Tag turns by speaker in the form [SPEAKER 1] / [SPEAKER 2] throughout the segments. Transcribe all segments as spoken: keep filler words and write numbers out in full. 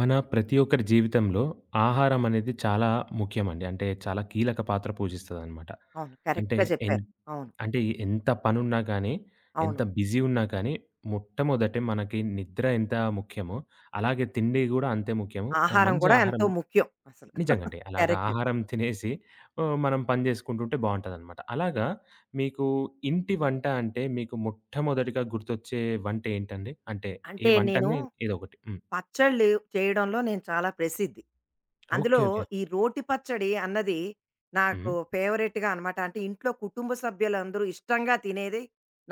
[SPEAKER 1] మన ప్రతి ఒక్కరి జీవితంలో ఆహారం అనేది చాలా ముఖ్యమండి. అంటే చాలా కీలక పాత్ర పూజిస్తదనమాట.
[SPEAKER 2] అవును,
[SPEAKER 1] అంటే
[SPEAKER 2] కరెక్ట్‌గా
[SPEAKER 1] ఎన్
[SPEAKER 2] చెప్పారు. అవును.
[SPEAKER 1] అంటే ఎంత పనున్నా కానీ, ఎంత
[SPEAKER 2] అవును.
[SPEAKER 1] బిజీ ఉన్నా కానీ, మొట్టమొదటి మనకి నిద్ర ఎంత ముఖ్యమో, అలాగే తిండి గూడా అంతే ముఖ్యము. ఓ
[SPEAKER 2] ఆహారం
[SPEAKER 1] మంచి
[SPEAKER 2] కూడా
[SPEAKER 1] ఆహారం
[SPEAKER 2] ఎంతో ముఖ్యం అసలు.
[SPEAKER 1] నిజంగండి. అలాగా
[SPEAKER 2] కరెక్ట్.
[SPEAKER 1] ఆహారం తినేసి ఆహ్, మనం పని జేసుకుంటుంటే బావుంటదనమాట. అలాగా మీకు ఇంటి వంట అంటే మీకు మొట్టమొదటిగా గుర్తొచ్చే వంటేంటండి? అంటే ఏ
[SPEAKER 2] అంటే నేను
[SPEAKER 1] వంటనే ఏదో ఒకటి. హ్మ్.
[SPEAKER 2] పచ్చళ్ళు చేయడంలో నేను చాలా ప్రసిద్ధి.
[SPEAKER 1] ఓకే.
[SPEAKER 2] అందులో
[SPEAKER 1] ఓకే.
[SPEAKER 2] ఈ రోటి పచ్చడి అన్నది నాకు
[SPEAKER 1] హ్మ్.
[SPEAKER 2] ఫేవరెట్‌గా అనమాట. అంటే ఇంట్లో కుటుంబ సభ్యులందరూ ఇష్టంగా తినేది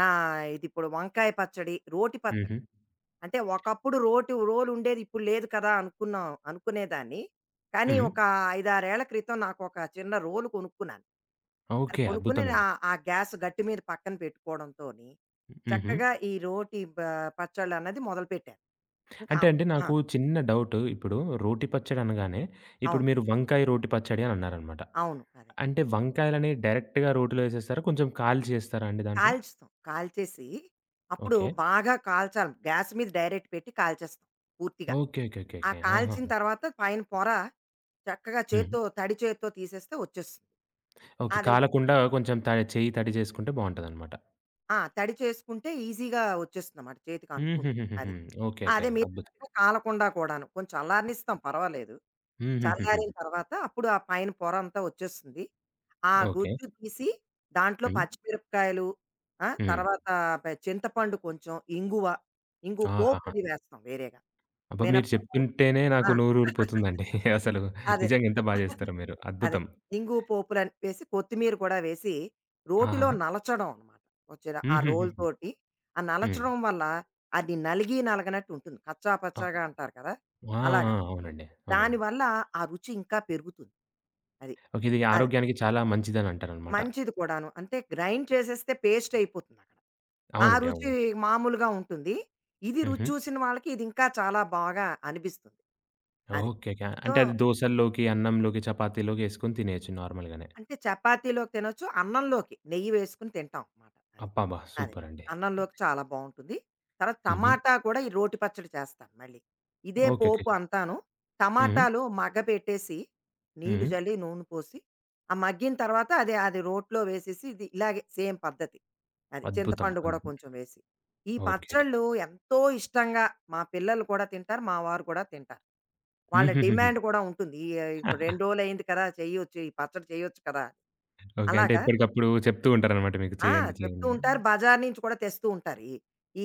[SPEAKER 2] నా ఇదిప్పుడు వంకాయ పచ్చడి, రోటి పచ్చడి.
[SPEAKER 1] హుహు.
[SPEAKER 2] అంటే ఒకప్పుడు రోటి రోలుండేది ఇప్పుడు లేదు కదా అనుకున్నాం, అనుకునేదాన్ని. కానీ
[SPEAKER 1] హ్మ్.
[SPEAKER 2] ఒక ఐదు, ఆరు ఏళ్ల క్రితం నాకొక చిన్న రోలు కొనుక్కున్నాను. అది
[SPEAKER 1] ఓకే.
[SPEAKER 2] కొనుక్కుని ఆ
[SPEAKER 1] అద్భుతమండి.
[SPEAKER 2] ఆ గ్యాస్ గట్టి మీద పక్కన పెట్టుకోవడంతోని,
[SPEAKER 1] హుహు.
[SPEAKER 2] చక్కగా ఈ రోటి బ పచ్చళ్ళన్నది మొదలుపెట్టాను. ఇంకా
[SPEAKER 1] అంటే
[SPEAKER 2] అప్
[SPEAKER 1] అండి
[SPEAKER 2] ఆ!
[SPEAKER 1] నాకు చిన్న డౌట్. ఇప్పుడు రోటి పచ్చడి అనగానే, ఇప్పుడు
[SPEAKER 2] అవును.
[SPEAKER 1] మీరు వంకాయ రోటి పచ్చడి అని అన్నారనమాట.
[SPEAKER 2] అవును. అదే.
[SPEAKER 1] అంటే వంకాయలని డైరెక్ట్‌గా రోటిలో ఏసేస్తారా? కొంచెం కాల్చి ఏస్తారా అండి దాంట్లో?
[SPEAKER 2] కాల్చుతాం. కాల్చేసి, అప్పుడు
[SPEAKER 1] ఓకే.
[SPEAKER 2] బాగా కాల్చాలి. గ్యాస్ మీద డైరెక్ట్ పెట్టి కాల్చేస్తాం పూర్తిగా.
[SPEAKER 1] ఓకే. ఓకే. ఓకే.
[SPEAKER 2] ఆ
[SPEAKER 1] ఓకే. ఆహాహా!
[SPEAKER 2] కాల్చిన తర్వాత పైన పొర చక్కగా
[SPEAKER 1] హ్మ్.
[SPEAKER 2] చేత్తో తడి చేత్తో తీసేస్తే వచ్చేస్తుంది.
[SPEAKER 1] ఓకే.
[SPEAKER 2] అది.
[SPEAKER 1] కాలకుండా కొంచెం త చెయ్యి తడి చేసుకుంటే బావుంటదనమాట.
[SPEAKER 2] ఆ! తడి చేసుకుంటే ఈజీగా వచ్చేస్తుందన్నమాట. చేతికి అంటుకుంటుంది.
[SPEAKER 1] హుహుహుహుహు.
[SPEAKER 2] అది.
[SPEAKER 1] ఓకే.
[SPEAKER 2] ఆ,
[SPEAKER 1] ఓకే.
[SPEAKER 2] అదే
[SPEAKER 1] అద్భుతం.
[SPEAKER 2] మీరన్నట్టుగా కాలకుండా కూడాను. కొంచెం చల్లారనిస్తాం, పర్వాలేదు.
[SPEAKER 1] హుహుహుహు.
[SPEAKER 2] చల్లారిన తర్వాత అప్పుడు ఆ పైన పొర అంతా వచ్చేస్తుంది. ఆ
[SPEAKER 1] ఓకే.
[SPEAKER 2] గుజ్జు తీసి దాంట్లో
[SPEAKER 1] హ్మ్.
[SPEAKER 2] పచ్చిమిరపకాయలు, ఆ!
[SPEAKER 1] హ్మ్.
[SPEAKER 2] తర్వాత ప చింతపండు కొంచెం, ఇంగువ, ఇంగు పోపు
[SPEAKER 1] ఆహాహా!
[SPEAKER 2] అది వేస్తాం వేరేగా.
[SPEAKER 1] అబ్బా! మీరు
[SPEAKER 2] మినపప్పు
[SPEAKER 1] చెప్తుంటేనే నాకు
[SPEAKER 2] ఆ!
[SPEAKER 1] నోరూరిపోతుందండి. అసలు
[SPEAKER 2] అదే.
[SPEAKER 1] నిజంగా ఎంత బా చేస్తారో మీరు.
[SPEAKER 2] అదే.
[SPEAKER 1] అద్భుతం.
[SPEAKER 2] ఇంగు, పోపులని వేసి, కొత్తిమీర కూడా వేసి,
[SPEAKER 1] ఆహా!
[SPEAKER 2] రోటిలో నలచడం అనమాట. వచ్చిన ఆ
[SPEAKER 1] హుహుహుహు.
[SPEAKER 2] రోలుతోటి, ఆ
[SPEAKER 1] హ్మ్.
[SPEAKER 2] నలచడం వల్ల అది నలిగి నలగనట్టు ఉంటుంది. కచ్చా
[SPEAKER 1] ఆ!
[SPEAKER 2] పచ్చాగా అంటారు కదా!
[SPEAKER 1] ఆ! ఆ!
[SPEAKER 2] అలాగనమాట.
[SPEAKER 1] అవునండి. అవునండి.
[SPEAKER 2] దానివల్ల ఆ రుచి ఇంకా పెరుగుతుంది. అది.
[SPEAKER 1] ఓకే. ఇది
[SPEAKER 2] అదే.
[SPEAKER 1] ఆరోగ్యానికి చాలా మంచిదనంటారనమాట.
[SPEAKER 2] మంచిది కూడాను. అంటే గ్రైండ్ చేసేస్తే పేస్ట్ అయిపోతుందక్కడ. ఆ
[SPEAKER 1] అవునండి.
[SPEAKER 2] రుచి
[SPEAKER 1] అవునండి.
[SPEAKER 2] మామూలుగా ఉంటుంది. ఇది రుచి
[SPEAKER 1] హుహు.
[SPEAKER 2] చూసిన వాళ్ళకి ఇది ఇంకా చాలా బాగా అనిపిస్తుంది. అది.
[SPEAKER 1] ఓకే. ఓకే.
[SPEAKER 2] సో
[SPEAKER 1] అంటే అది దోసల్లోకి, అన్నంలోకి, చపాతీలోకి యేసుకొని తినేయొచ్చు నార్మల్‌గానే.
[SPEAKER 2] అంటే చపాతీలోకి తినొచ్చు. అన్నంలోకి నెయ్యి వేసుకొని తింటాం మాట. అది.
[SPEAKER 1] అబ్బబ్బా!
[SPEAKER 2] అది.
[SPEAKER 1] సూపరండి.
[SPEAKER 2] అన్నంలోకి చాలా బావుంటుంది. తర్వాత
[SPEAKER 1] హుహు.
[SPEAKER 2] టమాటా కూడా ఈ రోటి పచ్చడి చేస్తాను మళ్ళీ. ఇదే
[SPEAKER 1] ఓకే. ఓకే.
[SPEAKER 2] పోపు అంతాను.
[SPEAKER 1] హ్మ్.
[SPEAKER 2] టమాటాలు మగ్గపెట్టేసి, నీళ్లు
[SPEAKER 1] హ్మ్.
[SPEAKER 2] జల్లి, నూనె పోసి, ఆ మగ్గిన తర్వాత అదే అది రోట్లో వేసేసి ఇది ఇలాగే సేమ్ పద్ధతి. అది.
[SPEAKER 1] అద్భుతం.
[SPEAKER 2] చింతపండు
[SPEAKER 1] అద్భుతం.
[SPEAKER 2] కూడా కొంచెం వేసి. ఈ
[SPEAKER 1] ఓకే. ఓకే.
[SPEAKER 2] పచ్చళ్ళు ఎంతో ఇష్టంగా మా పిల్లలు కూడా తింటారు. మా వారు కూడా తింటారు. వాళ్ళ
[SPEAKER 1] హుహుహుహు.
[SPEAKER 2] డిమాండ్ కూడా ఉంటుంది. ఈ ఇప్పుడు రెండు రోజులయింది కదా, చేయొచ్చు. ఈ పచ్చడి చేయొచ్చు కదా!
[SPEAKER 1] ఓకే. అంటే
[SPEAKER 2] అలాగా
[SPEAKER 1] ఎప్పటికప్పుడు చెప్తూ ఉంటారనమాట మీకు
[SPEAKER 2] ఆ!
[SPEAKER 1] చేయండి, చేయండి
[SPEAKER 2] చెప్తూ
[SPEAKER 1] అని.
[SPEAKER 2] ఉంటారు. బజార్ నుంచి కూడా తెస్తూ ఉంటారు. ఈ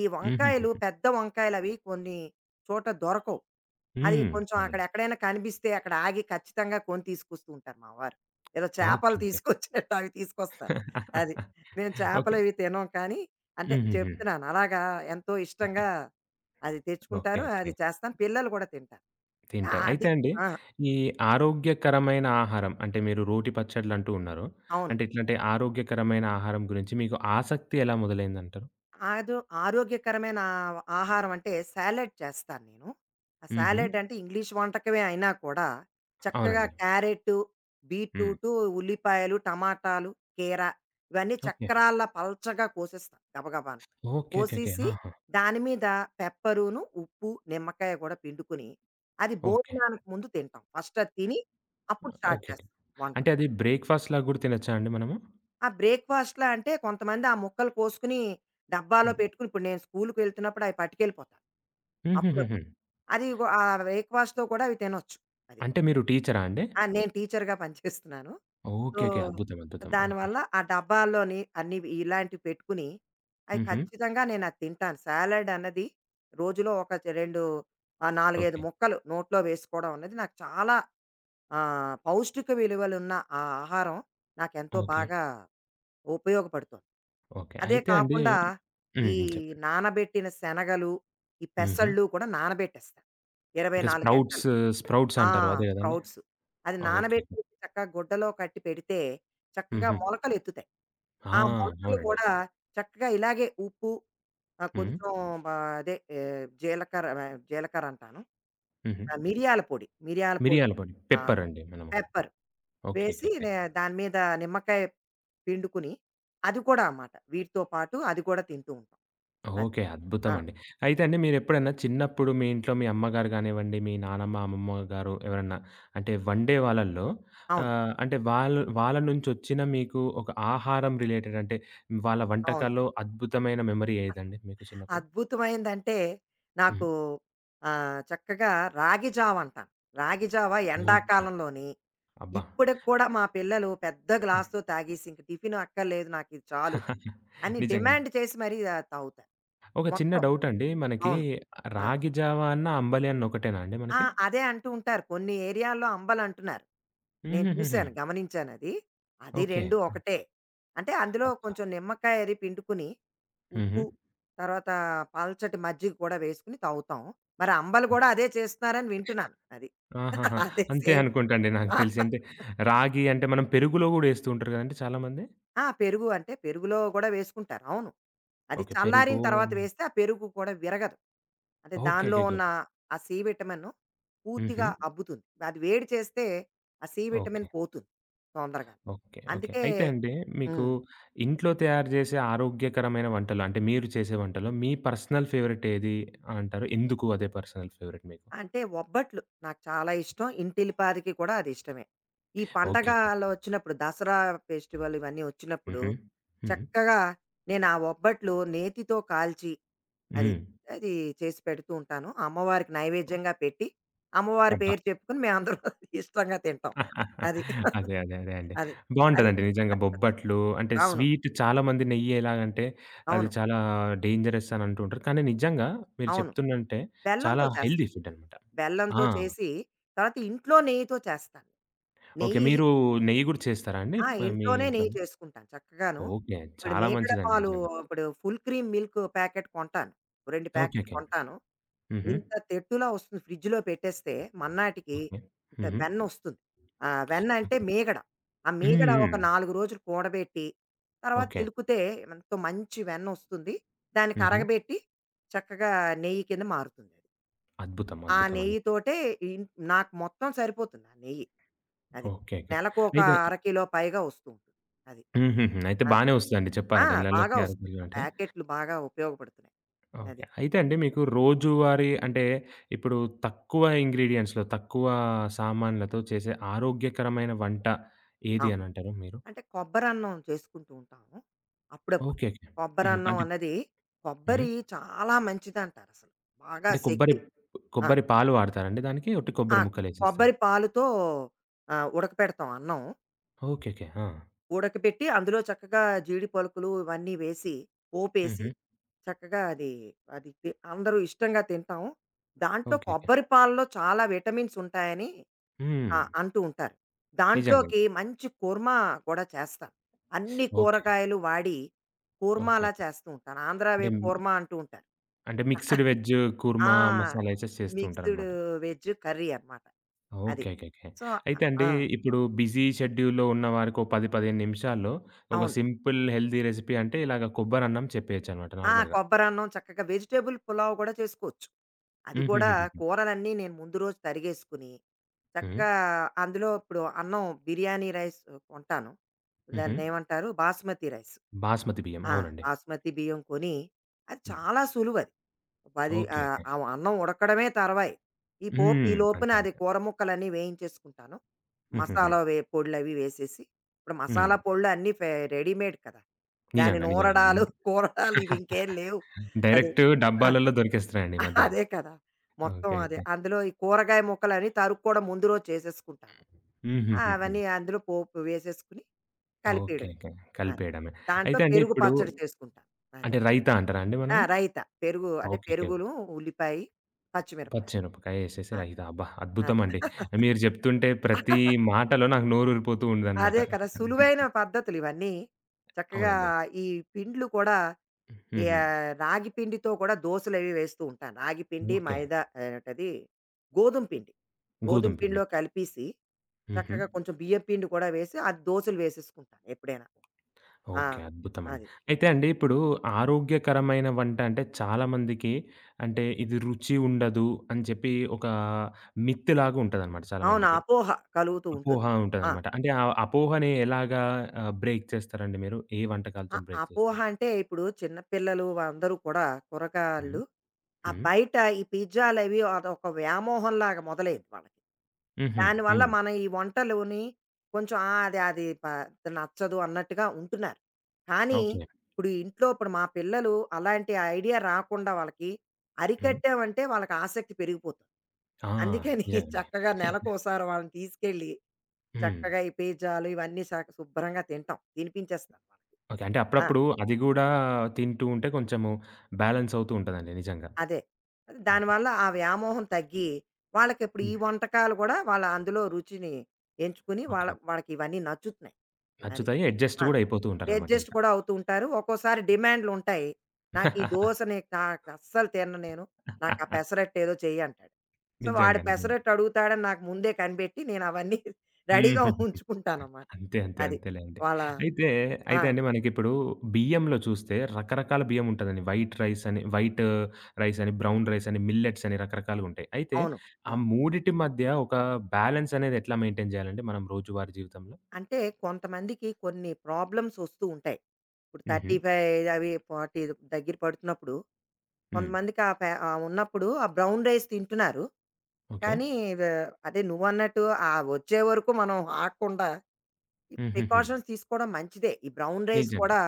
[SPEAKER 2] ఈ వంకాయలు,
[SPEAKER 1] హుహుహుహు.
[SPEAKER 2] పెద్ద వంకాయలవి కొన్ని చోట దొరకవు. అది
[SPEAKER 1] హ్మ్.
[SPEAKER 2] కొంచెం అక్కడ
[SPEAKER 1] అవునండి.
[SPEAKER 2] ఎక్కడైనా కనిపిస్తే అక్కడ ఆగి ఖచ్చితంగా కొని తీసుకొస్తూ ఉంటారు మా వారు. ఏదో
[SPEAKER 1] ఓకే.
[SPEAKER 2] చేపలు
[SPEAKER 1] ఓకే.
[SPEAKER 2] తీసుకొచ్చినట్టు అవి తీసుకొస్తారు. అది. మేము
[SPEAKER 1] ఓకే.
[SPEAKER 2] చేపలవి తినం కానీ అంటే
[SPEAKER 1] హుహుహు.
[SPEAKER 2] చెప్తున్నాను. అలాగా ఎంతో
[SPEAKER 1] ఓకే.
[SPEAKER 2] ఇష్టంగా అది
[SPEAKER 1] ఓకే.
[SPEAKER 2] తెచ్చుకుంటారు.
[SPEAKER 1] ఓకే.
[SPEAKER 2] అది చేస్తాను. పిల్లలు కూడా తింటారు. ఆ!
[SPEAKER 1] తింటారు. అయితే
[SPEAKER 2] అది.
[SPEAKER 1] అండి,
[SPEAKER 2] ఆ!
[SPEAKER 1] ఈ ఆరోగ్యకరమైన ఆహారం అంటే మీరు రోటి పచ్చడ్లంటూ ఉన్నారు.
[SPEAKER 2] అవును.
[SPEAKER 1] అంటే ఎట్లంటే ఆరోగ్యకరమైన ఆహారం గురించి మీకు ఆసక్తి ఎలా మొదలైందంటారు?
[SPEAKER 2] ఆదో ఆరోగ్యకరమైన ఆ ఆహారం అంటే సాలడ్ చేస్తాను నేను. ఆ
[SPEAKER 1] హుహు.
[SPEAKER 2] సాలడ్ అంటే ఇంగ్లీష్ వంటకమే అయినా కూడా చక్కగా
[SPEAKER 1] అవునండి.
[SPEAKER 2] క్యారెట్టు,
[SPEAKER 1] హ్మ్.
[SPEAKER 2] బీట్రూటు, ఉల్లిపాయలు, టమాటాలు, కీర, ఇవన్నీ
[SPEAKER 1] ఓకే.
[SPEAKER 2] చక్రాల్లా పల్చగా కోసేస్తాను గబగబాను.
[SPEAKER 1] ఓకే. ఓకే. ఓకే.
[SPEAKER 2] కోసేసి
[SPEAKER 1] ఆహా!
[SPEAKER 2] దాని మీద పెప్పరూను, ఉప్పు, నిమ్మకాయ కూడా పిండుకొని అది
[SPEAKER 1] ఓకే.
[SPEAKER 2] భోజనానికి ముందు తింటాం. ఫస్ట్ అది తిని అప్పుడు
[SPEAKER 1] ఓకే.
[SPEAKER 2] Start
[SPEAKER 1] okay.
[SPEAKER 2] చేస్తాం వంట.
[SPEAKER 1] అంటే అది బ్రేక్‌ఫాస్ట్ లాగా గూడా తినొచ్చా అండి మనము?
[SPEAKER 2] ఆ బ్రేక్‌ఫాస్ట్‌లా అంటే కొంతమంది ఆ ముక్కలు కోసుకొని డబ్బాలో
[SPEAKER 1] హ్మ్.
[SPEAKER 2] పెట్టుకొని ఇప్పుడు నేను స్కూల్‌కి వెళ్తున్నప్పుడు అవి పట్టుకెళ్ళిపోతాను
[SPEAKER 1] హుహుహుహు.
[SPEAKER 2] అప్పుడప్పుడు. అది గో ఆ బ్రేక్‌ఫాస్ట్‌తో కూడా అవి తినొచ్చు. అది.
[SPEAKER 1] అంటే మీరు టీచరా అండి?
[SPEAKER 2] ఆ! నేను టీచర్‌గా పనిచేస్తున్నాను. So,
[SPEAKER 1] okay. ఓకే. అద్భుతం. అద్భుతం. ఆహా!
[SPEAKER 2] దానివల్ల ఆ డబ్బాల్లోని అన్ని ఇలాంటివి పెట్టుకుని, అవి
[SPEAKER 1] హుహు.
[SPEAKER 2] ఖచ్చితంగా నేను అది తింటాను. సాలడ్ అన్నది రోజులో ఒక చ రెండు ఆహ్, నాలుగు, ఐదు
[SPEAKER 1] ఓకే.
[SPEAKER 2] ముక్కలు నోట్లో వేసుకోవడం అన్నది నాకు చాలా ఆహ్, పౌష్టిక విలువలున్న ఆ ఆహారం నాకెంతో
[SPEAKER 1] ఓకే.
[SPEAKER 2] బాగా ఉపయోగపడుతోంది.
[SPEAKER 1] ఓకే.
[SPEAKER 2] అదే
[SPEAKER 1] అయితే అండి
[SPEAKER 2] కాకుండా ఈ
[SPEAKER 1] హ్మ్. హ్మ్. చెప్పండి.
[SPEAKER 2] నానబెట్టిన శనగలు, ఈ
[SPEAKER 1] హుహు.
[SPEAKER 2] పెసళ్ళు కూడా నానబెట్టేస్తా
[SPEAKER 1] ఓకే.
[SPEAKER 2] ఇరవై నాలుగు
[SPEAKER 1] స్ప్రౌట్స్,
[SPEAKER 2] గంటలు.
[SPEAKER 1] స్ప్రౌట్స్
[SPEAKER 2] ఆ!
[SPEAKER 1] అంటారు అదే గదండీ?
[SPEAKER 2] స్ప్రౌట్స్. అది
[SPEAKER 1] ఓకే.
[SPEAKER 2] నానబెట్టేసి చక్కగా గుడ్డలో కట్టి పెడితే చక్కగా
[SPEAKER 1] హుహు.
[SPEAKER 2] మొలకలెత్తుతాయి.
[SPEAKER 1] ఆ!
[SPEAKER 2] ఆ మొలకలు
[SPEAKER 1] అవునండి.
[SPEAKER 2] కూడా చక్కగా ఇలాగే ఉప్పు, ఆహ్,
[SPEAKER 1] హ్మ్.
[SPEAKER 2] కొంచెం బ అదే ఆహ్, జీలకర్ర ఆహ్, జీలకర్ర అంటాను.
[SPEAKER 1] హుహు.
[SPEAKER 2] ఆ మిరియాల పొడి, మిరియాల పొడి.
[SPEAKER 1] మిరియాల పొడి.
[SPEAKER 2] ఆ!
[SPEAKER 1] పెప్పర్ అండి మనము.
[SPEAKER 2] పెప్పర్.
[SPEAKER 1] ఓకే. ఓకే.
[SPEAKER 2] వేసి
[SPEAKER 1] ఓకే.
[SPEAKER 2] నే దాని మీద నిమ్మకాయ పిండుకుని, అది కూడా అన్నమాట. వీటితో పాటు అది కూడా తింటూ ఉంటాం. అది.
[SPEAKER 1] ఓకే.
[SPEAKER 2] ఆ!
[SPEAKER 1] అద్భుతమండి. అయితే అండి మీరెప్పుడన్నా చిన్నప్పుడు మీ ఇంట్లో మీ అమ్మగారు గానివ్వండి, మీ నానమ్మ, అమ్మమ్మ గారు ఎవరన్నా అంటే వండే వాళ్ళల్లో
[SPEAKER 2] అవును.
[SPEAKER 1] ఆహ్, అంటే వాళ్ళు వాళ్ళ నుంచొచ్చిన మీకు ఒక ఆహారం రిలేటెడ్ అంటే వాళ్ళ
[SPEAKER 2] అవును.
[SPEAKER 1] వంటకాల్లో అద్భుతమైన మెమరీ ఏదండి మీకు చిన్నప్పుడు?
[SPEAKER 2] అద్భుతమైందంటే
[SPEAKER 1] హ్మ్.
[SPEAKER 2] నాకు ఆహ్, చక్కగా రాగి జావ అంటాను. రాగి జావ
[SPEAKER 1] ఓకే.
[SPEAKER 2] ఎండాకాలంలోని
[SPEAKER 1] అబ్బా!
[SPEAKER 2] ఇప్పటికి కూడా మా పిల్లలు పెద్ద గ్లాస్‌తో తాగేసి, ఇంక టిఫిన్ అక్కర్లేదు నాకిది చాలు అని
[SPEAKER 1] నిజంగండి.
[SPEAKER 2] డిమాండ్ చేసి మరీ ఆహ్, తాగుతారు
[SPEAKER 1] ఒక చిన్న
[SPEAKER 2] మొత్తం.
[SPEAKER 1] డౌటండి. మనకి
[SPEAKER 2] అవును. ఆ!
[SPEAKER 1] రాగి జావ అన్నా, అంబలి అన్న ఒకటేనా అండి
[SPEAKER 2] ఆ!
[SPEAKER 1] మనకి?
[SPEAKER 2] అదే అంటూ ఉంటారు. కొన్ని ఏరియాల్లో అంబలంటున్నారు. నేను
[SPEAKER 1] హుహుహుహు.
[SPEAKER 2] చూశాను. గమనించానది. అది
[SPEAKER 1] ఓకే.
[SPEAKER 2] రెండూ ఒకటే. అంటే అందులో
[SPEAKER 1] అచ్చా!
[SPEAKER 2] కొంచెం నిమ్మకాయ అది పిండుకుని,
[SPEAKER 1] హుహు.
[SPEAKER 2] ఉప్పు, తర్వాత పల్చటి మజ్జిగ కూడా వేసుకుని తాగుతాం. మరి అంబలి గూడా అదే చేస్తున్నారని వింటున్నాను. అది.
[SPEAKER 1] ఆహాహా!
[SPEAKER 2] అదే
[SPEAKER 1] అంతే
[SPEAKER 2] సేమ్.
[SPEAKER 1] అనుకుంటా అండి నాకు తెలిసి. అంటే రాగి అంటే మనం పెరుగులో గూడా ఏస్తూ ఉంటారు గదండీ చాలామంది.
[SPEAKER 2] ఆ! పెరుగు అంటే పెరుగులో గూడా వేసుకుంటారు. అవును. అది
[SPEAKER 1] ఓకే. పెరుగు
[SPEAKER 2] చల్లారిన తర్వాత వేస్తే ఆ పెరుగు కూడా విరగదు. అంటే
[SPEAKER 1] ఓకే.
[SPEAKER 2] దానిలో
[SPEAKER 1] ఓకేకే.
[SPEAKER 2] ఉన్న ఆ సి విటమిన్
[SPEAKER 1] హుహు.
[SPEAKER 2] పూర్తిగా అబ్బుతుంది. అది వేడి చేస్తే ఆ సి విటమిన్
[SPEAKER 1] ఓకే.
[SPEAKER 2] పోతుంది తొందరగా.
[SPEAKER 1] ఓకే. ఓకే.
[SPEAKER 2] అందుకే.
[SPEAKER 1] అయితే అండి మీకు
[SPEAKER 2] హ్మ్.
[SPEAKER 1] ఇంట్లో తయారు చేసే ఆరోగ్యకరమైన వంటలు అంటే మీరు చేసే వంటలో మీ పర్సనల్ ఫేవరెట్ ఏది అంటారు? ఎందుకు అదే పర్సనల్ ఫేవరెట్ మీకు?
[SPEAKER 2] అంటే ఒబ్బట్లు నాకు చాలా ఇష్టం. ఇంటిలిపాదికి కూడా అది ఇష్టమే. ఈ
[SPEAKER 1] ఓకేకే.
[SPEAKER 2] పండగలు వచ్చినప్పుడు దసరా ఫెస్టివల్ ఇవన్నీ వచ్చినప్పుడు
[SPEAKER 1] హుహు. హ్మ్.
[SPEAKER 2] చక్కగా నేను ఆ ఒబ్బట్లు నేతితో కాల్చి అది,
[SPEAKER 1] హ్మ్.
[SPEAKER 2] అది చేసి పెడుతూ ఉంటాను. అమ్మవారికి నైవేద్యంగా పెట్టి, అమ్మవారి
[SPEAKER 1] అబ్బా!
[SPEAKER 2] పేరు చెప్పుకొని మేమందరం ఇష్టంగా తింటాం. అది.
[SPEAKER 1] అదే. అదే. అదే అండి.
[SPEAKER 2] అది. అది.
[SPEAKER 1] బావుంటదండి నిజంగా బొబ్బట్లు అంటే
[SPEAKER 2] అవును.
[SPEAKER 1] స్వీట్ చాలామంది నెయ్యి ఎలాగంటే అది
[SPEAKER 2] అవును.
[SPEAKER 1] చాలా డేంజరస్ అని అంటూ ఉంటారు. కానీ నిజంగా మీరు
[SPEAKER 2] అవును.
[SPEAKER 1] చెప్తుండంటే చాలా
[SPEAKER 2] బెల్లంతో
[SPEAKER 1] హెల్తీ
[SPEAKER 2] చేస్తాను.
[SPEAKER 1] ఫుడ్ అనమాట. ఆ!
[SPEAKER 2] బెల్లంతో చేసి తర్వాత ఇంట్లో నెయ్యితో చేస్తాను.
[SPEAKER 1] ఓకే.
[SPEAKER 2] నెయ్యి.
[SPEAKER 1] మీరు నెయ్యి గూడా చేస్తారా అండి
[SPEAKER 2] ఆ!
[SPEAKER 1] మ- మీ
[SPEAKER 2] ఇంట్లోనే నెయ్యి
[SPEAKER 1] ఇంట్లోనే?
[SPEAKER 2] చేసుకుంటాను చక్కగాను.
[SPEAKER 1] ఓకే.
[SPEAKER 2] ఇప్పుడు
[SPEAKER 1] చాలా
[SPEAKER 2] మీగడ
[SPEAKER 1] మంచిదండి
[SPEAKER 2] పాలు,
[SPEAKER 1] నిజంగా.
[SPEAKER 2] ఇప్పుడు ఫుల్ క్రీమ్ మిల్క్ ప్యాకెట్ కొంటాను. రెండు
[SPEAKER 1] ఓకే.
[SPEAKER 2] ప్యాకెట్లు
[SPEAKER 1] ఓకే.
[SPEAKER 2] కొంటాను.
[SPEAKER 1] హుహు.
[SPEAKER 2] ఇంత తెట్టులా వస్తుంది, ఫ్రిడ్జ్‌లో పెట్టేస్తే మర్నాటికి
[SPEAKER 1] ఓకే.
[SPEAKER 2] ఇంత
[SPEAKER 1] హుహు.
[SPEAKER 2] వెన్నొస్తుంది. ఆ! వెన్న అంటే
[SPEAKER 1] ఓకే.
[SPEAKER 2] మీగడ. ఆ
[SPEAKER 1] హ్మ్.
[SPEAKER 2] మీగడ ఒక
[SPEAKER 1] హ్మ్.
[SPEAKER 2] నాలుగు రోజులు కూడబెట్టి, తర్వాత
[SPEAKER 1] ఓకే.
[SPEAKER 2] చిలుకుతే ఎంతో మంచి వెన్నొస్తుంది. దాన్ని
[SPEAKER 1] హుహు.
[SPEAKER 2] కరగబెట్టి చక్కగా నెయ్యి కింద మారుతుంది.
[SPEAKER 1] అద్భుతం.
[SPEAKER 2] ఆ
[SPEAKER 1] అద్భుతం అండి.
[SPEAKER 2] నెయ్యితోటే ఇన్ నాకు మొత్తం సరిపోతుంది ఆ నెయ్యి. అది.
[SPEAKER 1] ఓకే. ఓకే.
[SPEAKER 2] నెలకు ఒక
[SPEAKER 1] అయితే
[SPEAKER 2] అరకిలో పైగా వస్తూ ఉంటుంది. అది.
[SPEAKER 1] హుహుహు. అయితే
[SPEAKER 2] ఆ!
[SPEAKER 1] బానే వస్తదండి
[SPEAKER 2] ఆ!
[SPEAKER 1] చెప్పాలంటే.
[SPEAKER 2] బాగా
[SPEAKER 1] ఇళ్ళలోకి
[SPEAKER 2] వస్తుంది.
[SPEAKER 1] అరకులు
[SPEAKER 2] ఆ
[SPEAKER 1] అంటే.
[SPEAKER 2] ప్యాకెట్లు బాగా ఉపయోగపడుతున్నాయి.
[SPEAKER 1] ఓకే.
[SPEAKER 2] అది.
[SPEAKER 1] అయితే అండి మీకు రోజువారీ అంటే ఇప్పుడు తక్కువ ఇంగ్రీడియెంట్స్‌లో, తక్కువ సామాన్లతో చేసే ఆరోగ్యకరమైన వంట ఏది
[SPEAKER 2] అవును.
[SPEAKER 1] అనంటారు మీరు?
[SPEAKER 2] అంటే కొబ్బరన్నం చేసుకుంటూ ఉంటాము అప్పుడప్పుడు.
[SPEAKER 1] ఓకే. ఓకే. హుహు.
[SPEAKER 2] కొబ్బరన్నం
[SPEAKER 1] అంటే
[SPEAKER 2] అన్నది
[SPEAKER 1] హ్మ్.
[SPEAKER 2] కొబ్బరి చాలా మంచిదంటారసలు. బాగా
[SPEAKER 1] అంటే కొబ్బరి
[SPEAKER 2] శక్తి. ఆ!
[SPEAKER 1] కొబ్బరి పాలు వాడతారా అండి దానికి? ఒట్టి
[SPEAKER 2] ఆ!
[SPEAKER 1] కొబ్బరి ముక్కలేసేస్తారా?
[SPEAKER 2] కొబ్బరి పాలుతో ఆహ్, ఉడకపెడతాం అన్నం.
[SPEAKER 1] ఓకే. ఓకే. ఆ!
[SPEAKER 2] ఉడకపెట్టి అందులో చక్కగా జీడి పలుకులు ఇవన్నీ వేసి, పోపేసి
[SPEAKER 1] హుహు.
[SPEAKER 2] చక్కగా అది అది తి అందరూ ఇష్టంగా తింటాం. దాంట్లో
[SPEAKER 1] ఓకే. ఓకే.
[SPEAKER 2] కొబ్బరి పాలలో చాలా విటమిన్స్ ఉంటాయని
[SPEAKER 1] హ్మ్.
[SPEAKER 2] ఆహ్, అంటూ ఉంటారు.
[SPEAKER 1] నిజంగా.
[SPEAKER 2] దాంట్లోకి
[SPEAKER 1] ఓకే.
[SPEAKER 2] మంచి కుర్మా కూడా చేస్తాను. అన్ని
[SPEAKER 1] ఓకే.
[SPEAKER 2] కూరగాయలు వాడి
[SPEAKER 1] ఓకే.
[SPEAKER 2] కుర్మాలా చేస్తూ ఉంటాను. ఆంధ్ర
[SPEAKER 1] అంటే,
[SPEAKER 2] వైపు కుర్మా అంటూ ఉంటారు.
[SPEAKER 1] అంటే మిక్స్‌డ్ వెజ్ కుర్మా
[SPEAKER 2] ఆ!
[SPEAKER 1] మసాలా ఏసేసి చేస్తూ
[SPEAKER 2] మిక్స్‌డ్
[SPEAKER 1] ఉంటారనమాట.
[SPEAKER 2] వెజ్ కర్రీ అన్నమాట అది.
[SPEAKER 1] ఓకే. ఓకేకే.
[SPEAKER 2] సో.
[SPEAKER 1] అయితే అండి
[SPEAKER 2] ఆ!
[SPEAKER 1] ఇప్పుడు బిజీ షెడ్యూల్‌లో ఉన్నవారికి ఓ పది, పదిహేను నిమిషాల్లో ఒక
[SPEAKER 2] అవును.
[SPEAKER 1] సింపుల్ హెల్తీ రెసిపీ అంటే ఇలాగ కొబ్బరన్నం చెప్పేయొచ్చనమాట
[SPEAKER 2] ఆ!
[SPEAKER 1] నార్మల్‌గా.
[SPEAKER 2] కొబ్బరన్నం చక్కగా వెజిటబుల్ పులావ్ కూడా చేసుకోవచ్చు. అది కూడా
[SPEAKER 1] హుహుహుహు.
[SPEAKER 2] కూరలన్నీ నేను ముందు రోజు తరిగేసుకుని,
[SPEAKER 1] హ్మ్.
[SPEAKER 2] చక్కగా అందులో ఇప్పుడు అన్నం బిర్యానీ రైస్ కొంటాను.
[SPEAKER 1] హుహు.
[SPEAKER 2] దాన్నేమంటారు బాస్మతి రైస్.
[SPEAKER 1] బాస్మతి బియ్యం.
[SPEAKER 2] ఆ!
[SPEAKER 1] అవునండి.
[SPEAKER 2] బాస్మతి బియ్యం కొని అది
[SPEAKER 1] హ్మ్.
[SPEAKER 2] చాలా సులువది. పది
[SPEAKER 1] ఓకే.
[SPEAKER 2] ఆహ్,
[SPEAKER 1] ఓకే.
[SPEAKER 2] ఆ అన్నం ఉడకడమే తర్వాయి. ఈ పోపు ఈ
[SPEAKER 1] హ్మ్.
[SPEAKER 2] లోపున
[SPEAKER 1] అంతే.
[SPEAKER 2] అది
[SPEAKER 1] అంతే.
[SPEAKER 2] కూర ముక్కలన్నీ వేయించేసుకుంటాను.
[SPEAKER 1] హుహుహు.
[SPEAKER 2] మసాలా వే పొడులవి వేసేసి. ఇప్పుడు
[SPEAKER 1] హ్మ్.
[SPEAKER 2] మసాలా పొడులు అన్నీ ఫే రెడీమేడ్ కదా! దాని
[SPEAKER 1] నిజంగా. నిజంగానే
[SPEAKER 2] నూరడాలు,
[SPEAKER 1] అండి.
[SPEAKER 2] కూరడాలు ఇవి ఇంకేం లేవు. అది.
[SPEAKER 1] డైరెక్ట్
[SPEAKER 2] ఆ!
[SPEAKER 1] డబ్బాలలో దొరికేస్తున్నాయండి ఈ మధ్య.
[SPEAKER 2] అదే కదా! మొత్తం
[SPEAKER 1] ఓకే.
[SPEAKER 2] అదే.
[SPEAKER 1] ఓకే.
[SPEAKER 2] అందులో ఈ కూరగాయ ముక్కలని తరుగు కూడా ముందు రోజు చేసేసుకుంటాను. ఆ!
[SPEAKER 1] హుహుహుహు.
[SPEAKER 2] అవన్నీ అందులో పోపు వేసేసుకుని
[SPEAKER 1] ఓకే.
[SPEAKER 2] కలిపేయడమే.
[SPEAKER 1] ఓకే.
[SPEAKER 2] అది.
[SPEAKER 1] కలిపేయడమే. అయితే
[SPEAKER 2] దాంట్లో
[SPEAKER 1] అండి
[SPEAKER 2] పెరుగు
[SPEAKER 1] ఇప్పుడు
[SPEAKER 2] పచ్చడి చేసుకుంటాను. అది.
[SPEAKER 1] అంటే రైతా అంటారా అండి
[SPEAKER 2] ఆ!
[SPEAKER 1] మనము?
[SPEAKER 2] రైతా. పెరుగు అంటే
[SPEAKER 1] ఓకే. ఓకే.
[SPEAKER 2] పెరుగును, ఉల్లిపాయి, పచ్చిమిరపకాయ.
[SPEAKER 1] పచ్చిమిరపకాయ ఎసేసి
[SPEAKER 2] ఆ!
[SPEAKER 1] రైతా. అబ్బా!
[SPEAKER 2] అదే.
[SPEAKER 1] అద్భుతమండి. మీరు జెప్తుంటే ప్రతి మాటలో నాకు నోరూరిపోతూ ఉండదనమాట.
[SPEAKER 2] అదే కదా!
[SPEAKER 1] అంటే
[SPEAKER 2] సులువైన పద్ధతులు ఇవన్నీ. చక్కగా
[SPEAKER 1] అవునండి.
[SPEAKER 2] ఈ పిండ్లు కూడా
[SPEAKER 1] హుహు.
[SPEAKER 2] యాహ్, రాగి పిండితో కూడా దోసలవి వేస్తూ ఉంటాను. రాగి పిండి,
[SPEAKER 1] ఓకే.
[SPEAKER 2] మైదా, ఏంటది, గోధుమ పిండి. గోధుమ
[SPEAKER 1] గోధుమ పిండి.
[SPEAKER 2] పిండిలో కలిపేసి,
[SPEAKER 1] హుహు.
[SPEAKER 2] చక్కగా కొంచెం బియ్యం పిండి కూడా వేసి, అది దోసలు వేసేసుకుంటాను ఎప్పుడైనా. ఆ!
[SPEAKER 1] ఓకే. అద్భుతమండి.
[SPEAKER 2] అది.
[SPEAKER 1] అయితే అండి ఇప్పుడు ఆరోగ్యకరమైన వంట అంటే చాలా మందికి అంటే ఇది రుచి ఉండదు అని చెప్పి ఒక మిత్తులాగా ఉంటదనమాట చాలా
[SPEAKER 2] అవును.
[SPEAKER 1] మందికి.
[SPEAKER 2] అపోహ కలుగుతూ
[SPEAKER 1] అపోహ
[SPEAKER 2] ఉంటుంది. ఆ!
[SPEAKER 1] ఉంటదనమాట. అంటే ఆ అపోహని ఎలాగా ఆహ్, బ్రేక్ చేస్తారండి మీరు? ఏ
[SPEAKER 2] అ
[SPEAKER 1] వంటకాలతోని బ్రేక్
[SPEAKER 2] అపోహ
[SPEAKER 1] చేస్తారు?
[SPEAKER 2] అంటే ఇప్పుడు చిన్న పిల్లలు అందరూ కూడా
[SPEAKER 1] హ్మ్.
[SPEAKER 2] కురగాళ్ళు, ఆ
[SPEAKER 1] హ్మ్.
[SPEAKER 2] బయట ఈ పిజ్జాలవి అదొక వ్యామోహంలాగా మొదలైంది వాళ్ళకి.
[SPEAKER 1] హుహు.
[SPEAKER 2] దానివల్ల
[SPEAKER 1] హ్మ్.
[SPEAKER 2] మన ఈ వంటలోని కొంచెం ఆ! అది అది ప నచ్చదు అన్నట్టుగా ఉంటున్నారు. కానీ
[SPEAKER 1] ఓకే.
[SPEAKER 2] ఇప్పుడు ఇంట్లో ఇప్పుడు మా పిల్లలు అలాంటి ఐడియా రాకుండా వాళ్ళకి
[SPEAKER 1] హ్మ్.
[SPEAKER 2] అరికట్టామంటే వాళ్ళకి ఆసక్తి పెరిగిపోతుంది.
[SPEAKER 1] ఆ!
[SPEAKER 2] అందుకని
[SPEAKER 1] నిజంగండి.
[SPEAKER 2] చక్కగా నెలకోసారి వాళ్ళని తీసుకెళ్ళి
[SPEAKER 1] హ్మ్.
[SPEAKER 2] చక్కగా ఈ పిజ్జాలు ఇవన్నీ చ శుభ్రంగా తింటాం. తినిపించేస్తాం వాళ్ళకి.
[SPEAKER 1] ఓకే. అంటే
[SPEAKER 2] ఆ!
[SPEAKER 1] అప్పుడప్పుడు అది గూడా తింటూ ఉంటే కొంచెము బ్యాలెన్స్ అవుతూ ఉంటదండి నిజంగా.
[SPEAKER 2] అదే.
[SPEAKER 1] ఓకే.
[SPEAKER 2] దానివల్ల ఆ వ్యామోహం తగ్గి, వాళ్ళకిప్పుడు ఈ
[SPEAKER 1] హ్మ్.
[SPEAKER 2] వంటకాలు కూడా వాళ్ళ అందులో రుచిని ఎంచుకుని, వాళ్ళ
[SPEAKER 1] ఓకే.
[SPEAKER 2] వాళ్ళకి ఇవన్నీ నచ్చుతున్నాయి. అది.
[SPEAKER 1] నచ్చుతాయి. అడ్జస్ట్
[SPEAKER 2] ఆ!
[SPEAKER 1] గూడా అయిపోతూ ఉంటారనమాట
[SPEAKER 2] అడ్జస్ట్
[SPEAKER 1] ఇంకా.
[SPEAKER 2] కూడా అవుతూ ఉంటారు. ఒక్కోసారి డిమాండ్‌లుంటాయి. నాకీ దోసని నాకు అస్సలు తినను నేను. నాకా పెసరట్టేదో చెయ్యంటాడు. సో, వాడు
[SPEAKER 1] నిజంగా. నిజంగా.
[SPEAKER 2] పెసరట్టు అడుగుతాడని నాకు ముందే కనిపెట్టి, నేనవన్నీ రెడీగా
[SPEAKER 1] హుహుహు.
[SPEAKER 2] ఉంచుకుంటాననమాట.
[SPEAKER 1] అంతే. అంతే.
[SPEAKER 2] అది.
[SPEAKER 1] అంతేలేండి.
[SPEAKER 2] వాళ్ళ.
[SPEAKER 1] అయితే, అయితే
[SPEAKER 2] ఆ!
[SPEAKER 1] అండి మనకిప్పుడు బియ్యంలో చూస్తే రకరకాల బియ్యం ఉంటదండి. వైట్ రైస్ అని, వైట్ రైస్ అని, బ్రౌన్ రైస్ అని, మిల్లెట్స్ అని రకరకాలుగుంటాయి. అయితే
[SPEAKER 2] అవును.
[SPEAKER 1] ఆ
[SPEAKER 2] అవును.
[SPEAKER 1] మూడిటి మధ్య ఒక బ్యాలెన్స్ అనేది ఎట్లా మెయింటైన్ జేయాలండి మనం రోజువారీ జీవితంలో?
[SPEAKER 2] అంటే కొంతమందికి కొన్ని ప్రాబ్లమ్స్ వస్తూ ఉంటాయి. ఇప్పుడు
[SPEAKER 1] హుహు.
[SPEAKER 2] ముప్ఫై ఐదు అవి నలభై దగ్గర పడుతున్నప్పుడు
[SPEAKER 1] హ్మ్.
[SPEAKER 2] కొంతమందికి ఆ పే ఆహ్, ఉన్నప్పుడు ఆ బ్రౌన్ రైస్ తింటున్నారు.
[SPEAKER 1] ఓకే.
[SPEAKER 2] కానీ వే అదే నువ్వన్నట్టు ఆ వచ్చే వరకు మనం ఆగకుండా ఈ
[SPEAKER 1] హుహుహు.
[SPEAKER 2] ప్రికాషన్స్ తీసుకోవడం మంచిదే. ఈ బ్రౌన్ రైస్
[SPEAKER 1] నిజంగా.
[SPEAKER 2] కూడా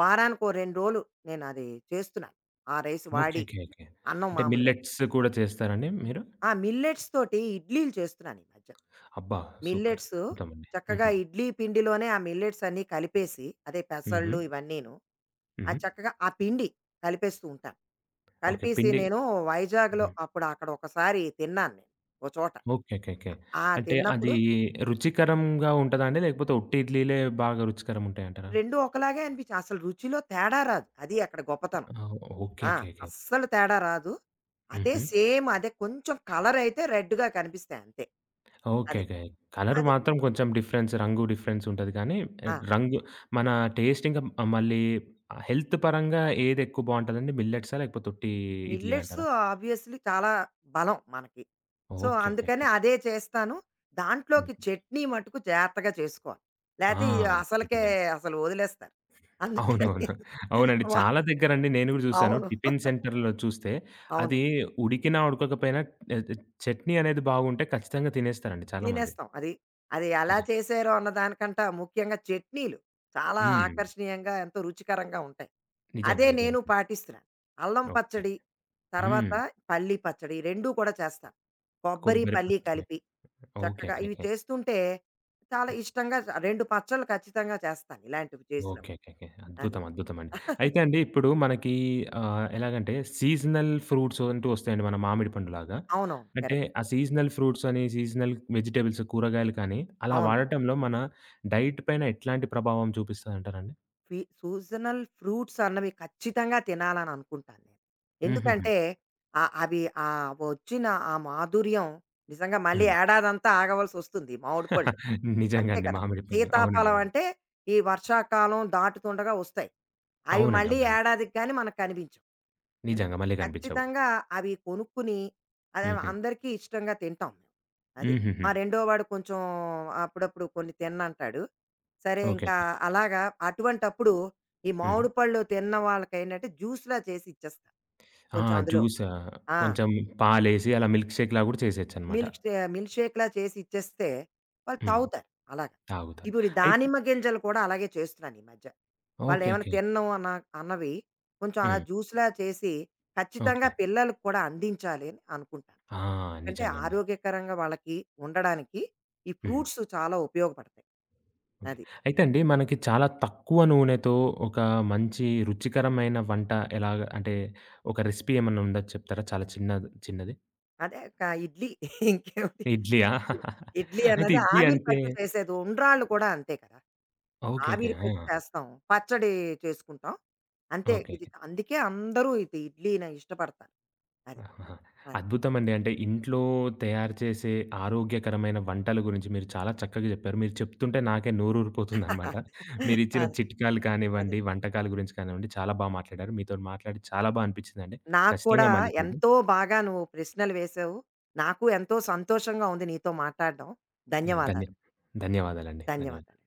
[SPEAKER 2] వారానికో రెండు రోజులు నేనది చేస్తున్నాను. ఆ రైస్
[SPEAKER 1] ఓకే.
[SPEAKER 2] వాడి
[SPEAKER 1] ఓకే. ఓకే.
[SPEAKER 2] అన్నం
[SPEAKER 1] అంటే
[SPEAKER 2] మామూలుగా.
[SPEAKER 1] మిల్లెట్స్ కూడా చేస్తారండి మీరు?
[SPEAKER 2] ఆ మిల్లెట్స్ తోటి ఇడ్లీలు చేస్తున్నాను ఈ మధ్య.
[SPEAKER 1] అబ్బా! సూపర్.
[SPEAKER 2] మిల్లెట్సు
[SPEAKER 1] అద్భుతమండి.
[SPEAKER 2] చక్కగా
[SPEAKER 1] హుహు.
[SPEAKER 2] ఇడ్లీ పిండిలోనే ఆ మిల్లెట్స్ అన్నీ కలిపేసి, అదే
[SPEAKER 1] హుహు.
[SPEAKER 2] పెసళ్ళు ఇవన్నీను. ఆ
[SPEAKER 1] హ్మ్.
[SPEAKER 2] చక్కగా ఆ పిండి కలిపేస్తూ ఉంటాను.
[SPEAKER 1] ఓకే.
[SPEAKER 2] కలిపేసి
[SPEAKER 1] పిండి
[SPEAKER 2] నేను వైజాగ్‌లో
[SPEAKER 1] హ్మ్.
[SPEAKER 2] అప్పుడు అక్కడ ఒకసారి తిన్నాను నేను ఓ చోట.
[SPEAKER 1] ఓకే. ఓకే. ఓకే.
[SPEAKER 2] ఆ!
[SPEAKER 1] అంటే అది
[SPEAKER 2] తిన్నప్పుడు
[SPEAKER 1] రుచికరంగా ఉంటదా అండి? లేకపోతే ఉట్టి ఇడ్లీలే బాగా రుచికరంగుంటాయంటారా?
[SPEAKER 2] రెండూ ఒకలాగే అనిపించాయి. అసలు రుచిలో తేడా రాదు. అది అక్కడ గొప్పతనం.
[SPEAKER 1] ఆ! ఓకే.
[SPEAKER 2] ఆ!
[SPEAKER 1] ఓకే. ఓకే.
[SPEAKER 2] అస్సలు తేడా రాదు. అదే
[SPEAKER 1] హుహు.
[SPEAKER 2] సేమ్ అదే కొంచెం కలరయితే రెడ్‌గా కనిపిస్తాయి అంతే. అది.
[SPEAKER 1] ఓకేకే. కలర్
[SPEAKER 2] అది.
[SPEAKER 1] మాత్రం కొంచెం డిఫరెన్స్ రంగు డిఫరెన్స్ ఉంటది కానీ,
[SPEAKER 2] ఆ!
[SPEAKER 1] రంగు మన టేస్ట్ ఇంకా మళ్ళీ హెల్త్ పరంగా ఏది ఎక్కువ బావుంటదండి? మిల్లెట్సా? లేకపోతే ఉట్టి ఇడ్లీ
[SPEAKER 2] మిల్లెట్స్
[SPEAKER 1] అంటారా?
[SPEAKER 2] ఆబ్వియస్లీ చాలా బలం మనకి. సో,
[SPEAKER 1] ఓకేకే.
[SPEAKER 2] అందుకని అదే చేస్తాను.
[SPEAKER 1] హ్మ్.
[SPEAKER 2] దాంట్లోకి చట్నీ మట్టుకు జాగ్రత్తగా చేసుకోవాలి.
[SPEAKER 1] ఆ!
[SPEAKER 2] లేతే ఇది అసలకే
[SPEAKER 1] నిజంగానే.
[SPEAKER 2] అసలు వదిలేస్తారు. అందుకని.
[SPEAKER 1] అవునవును. అవునండి.
[SPEAKER 2] వా
[SPEAKER 1] చాలా దగ్గరండి నేను గూడా చూసాను.
[SPEAKER 2] అవును.
[SPEAKER 1] టిఫిన్ సెంటర్‌లో చూస్తే
[SPEAKER 2] అవును.
[SPEAKER 1] అది ఉడికినా, ఉడకకపోయినా ఆహ్, ఆహ్, చట్నీ అనేది బాగుంటే ఖచ్చితంగా తినేస్తారండి చాలామంది.
[SPEAKER 2] తినేస్తాం. అది. అది ఎలా
[SPEAKER 1] నిజం.
[SPEAKER 2] చేశారో అన్న దానికంట ముఖ్యంగా చట్నీలు చాలా
[SPEAKER 1] హ్మ్.
[SPEAKER 2] ఆకర్షణీయంగా, ఎంతో రుచికరంగా ఉంటాయి.
[SPEAKER 1] నిజంగా.
[SPEAKER 2] అదే నేను
[SPEAKER 1] నిజంగా.
[SPEAKER 2] పాటిస్తున్నాను. అల్లం
[SPEAKER 1] ఓకే.
[SPEAKER 2] పచ్చడి,
[SPEAKER 1] హ్మ్.
[SPEAKER 2] తర్వాత పల్లీ పచ్చడి రెండు కూడా చేస్తాను. కొబ్బరి,
[SPEAKER 1] కొబ్బరి
[SPEAKER 2] పల్లీ
[SPEAKER 1] పచ్చడి.
[SPEAKER 2] కలిపి చక్కగా ఇవి
[SPEAKER 1] ఓకేకేకే.
[SPEAKER 2] చేస్తుంటే చాలా ఇష్టంగా రెండు పచ్చళ్ళు ఖచ్చితంగా చేస్తాను ఇలాంటివి
[SPEAKER 1] ఓకే.
[SPEAKER 2] చేసినప్పుడు.
[SPEAKER 1] ఓకే. ఓకే.
[SPEAKER 2] అది.
[SPEAKER 1] అద్భుతం. అద్భుతమండి. అయితే అండి ఇప్పుడు మనకి ఆహ్, ఎలాగంటే సీజనల్ ఫ్రూట్స్ అంటూ వస్తాయండి మన మామిడి పండులాగా.
[SPEAKER 2] అవునవును.
[SPEAKER 1] అంటే
[SPEAKER 2] కరెక్ట్.
[SPEAKER 1] ఆ సీజనల్ ఫ్రూట్స్ అని, సీజనల్ వెజిటబుల్స్, కూరగాయలు కానీ అలా
[SPEAKER 2] అవును.
[SPEAKER 1] వాడటంలో మన డైట్ పైన ఎట్లాంటి ప్రభావం చూపిస్తదంటారండి?
[SPEAKER 2] ఫీ సీజనల్ ఫ్రూట్స్ అన్నవి ఖచ్చితంగా తినాలని అనుకుంటాను నేను.
[SPEAKER 1] హుహుహు.
[SPEAKER 2] ఎందుకంటే ఆహ్, అవి ఆహ్, వచ్చిన ఆ మాధుర్యం నిజంగా మళ్ళీ
[SPEAKER 1] హ్మ్.
[SPEAKER 2] ఏడాదంతా ఆగవలసొస్తుంది మామిడి పళ్ళు.
[SPEAKER 1] నిజంగా
[SPEAKER 2] అంతే
[SPEAKER 1] అండి.
[SPEAKER 2] కదా!
[SPEAKER 1] మామిడి పళ్ళు. అవునండి.
[SPEAKER 2] సీతాఫలం
[SPEAKER 1] అవును.
[SPEAKER 2] అంటే ఈ వర్షాకాలం దాటుతుండగా వస్తాయి. అవి
[SPEAKER 1] అవునండి.
[SPEAKER 2] మళ్ళీ
[SPEAKER 1] అవునండి.
[SPEAKER 2] ఏడాదికి గాని మనకు కనిపించవు. అది
[SPEAKER 1] నిజంగా మళ్ళీ కనిపించవు.
[SPEAKER 2] ఖచ్చితంగా అవి కొనుక్కుని అదే
[SPEAKER 1] హుహు.
[SPEAKER 2] అందరికీ ఇష్టంగా తింటాం మేము. అది.
[SPEAKER 1] హుహుహు.
[SPEAKER 2] మా రెండో వాడు కొంచెం అప్పుడప్పుడు కొన్ని తిననంటాడు. సరే
[SPEAKER 1] ఓకే.
[SPEAKER 2] ఇంకా అలాగా అటువంటప్పుడు ఈ
[SPEAKER 1] హ్మ్.
[SPEAKER 2] మామిడి పళ్ళు తిన్న వాళ్ళకేంటంటే జ్యూస్‌లా చేసి ఇచ్చేస్తా.
[SPEAKER 1] ఆ!
[SPEAKER 2] కొంచెం అందులో
[SPEAKER 1] జ్యూసా
[SPEAKER 2] ఆ!
[SPEAKER 1] కొంచెం పాలేసి అలా మిల్క్ షేక్‌లా కూడా చేసేయొచ్చనమాట.
[SPEAKER 2] మిల్క్ షే మిల్క్ షేక్‌లా చేసి ఇచ్చేస్తే వాళ్ళు
[SPEAKER 1] హ్మ్.
[SPEAKER 2] తాగుతారు అలాగా.
[SPEAKER 1] తాగుతారు.
[SPEAKER 2] ఇప్పుడు ఈ
[SPEAKER 1] అయి
[SPEAKER 2] దానిమ్మ గింజలు కూడా అలాగే చేస్తున్నాను ఈ మధ్య.
[SPEAKER 1] ఓకే.
[SPEAKER 2] వాళ్ళేమైనా
[SPEAKER 1] ఓకే.
[SPEAKER 2] తినను అన్న అన్నవి కొంచెం అలా
[SPEAKER 1] హ్మ్.
[SPEAKER 2] జ్యూస్‌లా చేసి ఖచ్చితంగా
[SPEAKER 1] ఓకే.
[SPEAKER 2] పిల్లలకి కూడా అందించాలి అని అనుకుంటాను.
[SPEAKER 1] ఆ!
[SPEAKER 2] అంటే
[SPEAKER 1] నిజంగా అండి.
[SPEAKER 2] ఆరోగ్యకరంగా వాళ్ళకి ఉండడానికి ఈ
[SPEAKER 1] హ్మ్.
[SPEAKER 2] ఫ్రూట్స్ చాలా ఉపయోగపడతాయి.
[SPEAKER 1] ఓకే.
[SPEAKER 2] అది.
[SPEAKER 1] అయితే అండి మనకి చాలా తక్కువ నూనెతో ఒక మంచి రుచికరమైన వంట ఎలాగ అంటే ఒక రెసిపీ ఏమన్నా ఉందా చెప్తారా? చాలా చిన్నది చిన్నది.
[SPEAKER 2] అదే క ఇడ్లీ. ఇంకేమిటి.
[SPEAKER 1] ఇడ్లీయా?
[SPEAKER 2] ఇడ్లీ
[SPEAKER 1] అయితే
[SPEAKER 2] అన్నది
[SPEAKER 1] ఇడ్లీ
[SPEAKER 2] ఆవిరి
[SPEAKER 1] అంటే
[SPEAKER 2] పట్టి చేసేది. ఉండ్రాళ్ళు కూడా అంతే కదా!
[SPEAKER 1] ఓకే. ఓకే.
[SPEAKER 2] ఆవిరి పెట్టి
[SPEAKER 1] ఆ!
[SPEAKER 2] చేస్తాం. పచ్చడి చేసుకుంటాం. అంతే.
[SPEAKER 1] ఓకే.
[SPEAKER 2] ఇది అందుకే అందరూ ఇది ఇడ్లీ‌నే ఇష్టపడతారు. అది.
[SPEAKER 1] ఆహా!
[SPEAKER 2] అది.
[SPEAKER 1] అద్భుతమండి. అంటే ఇంట్లో తయారు చేసే ఆరోగ్యకరమైన వంటల గురించి మీరు చాలా చక్కగా చెప్పారు. మీరు చెప్తుంటే నాకే నోరూరిపోతుందనమాట. మీరిచ్చిన
[SPEAKER 2] అదే.
[SPEAKER 1] చిట్కాలు
[SPEAKER 2] అదే.
[SPEAKER 1] కానివ్వండి, వంటకాల గురించి కానివ్వండి, చాలా బా మాట్లాడారు. మీతోని మాట్లాడి చాలా బా అనిపిచ్చిందండి.
[SPEAKER 2] నాకు కూడా
[SPEAKER 1] ఖచ్చితంగా మళ్ళీ కలుద్దాం.
[SPEAKER 2] ఎంతో బాగా నువ్వు ప్రశ్నలు వేశావు. నాకు ఎంతో సంతోషంగా ఉంది నీతో మాట్లాడడం.
[SPEAKER 1] అయ్యో! ధన్య
[SPEAKER 2] ధన్యవాదాలు.
[SPEAKER 1] ధన్యవాదాలండి. ధన్యవాదాలు.
[SPEAKER 2] ధన్యవాదాలు.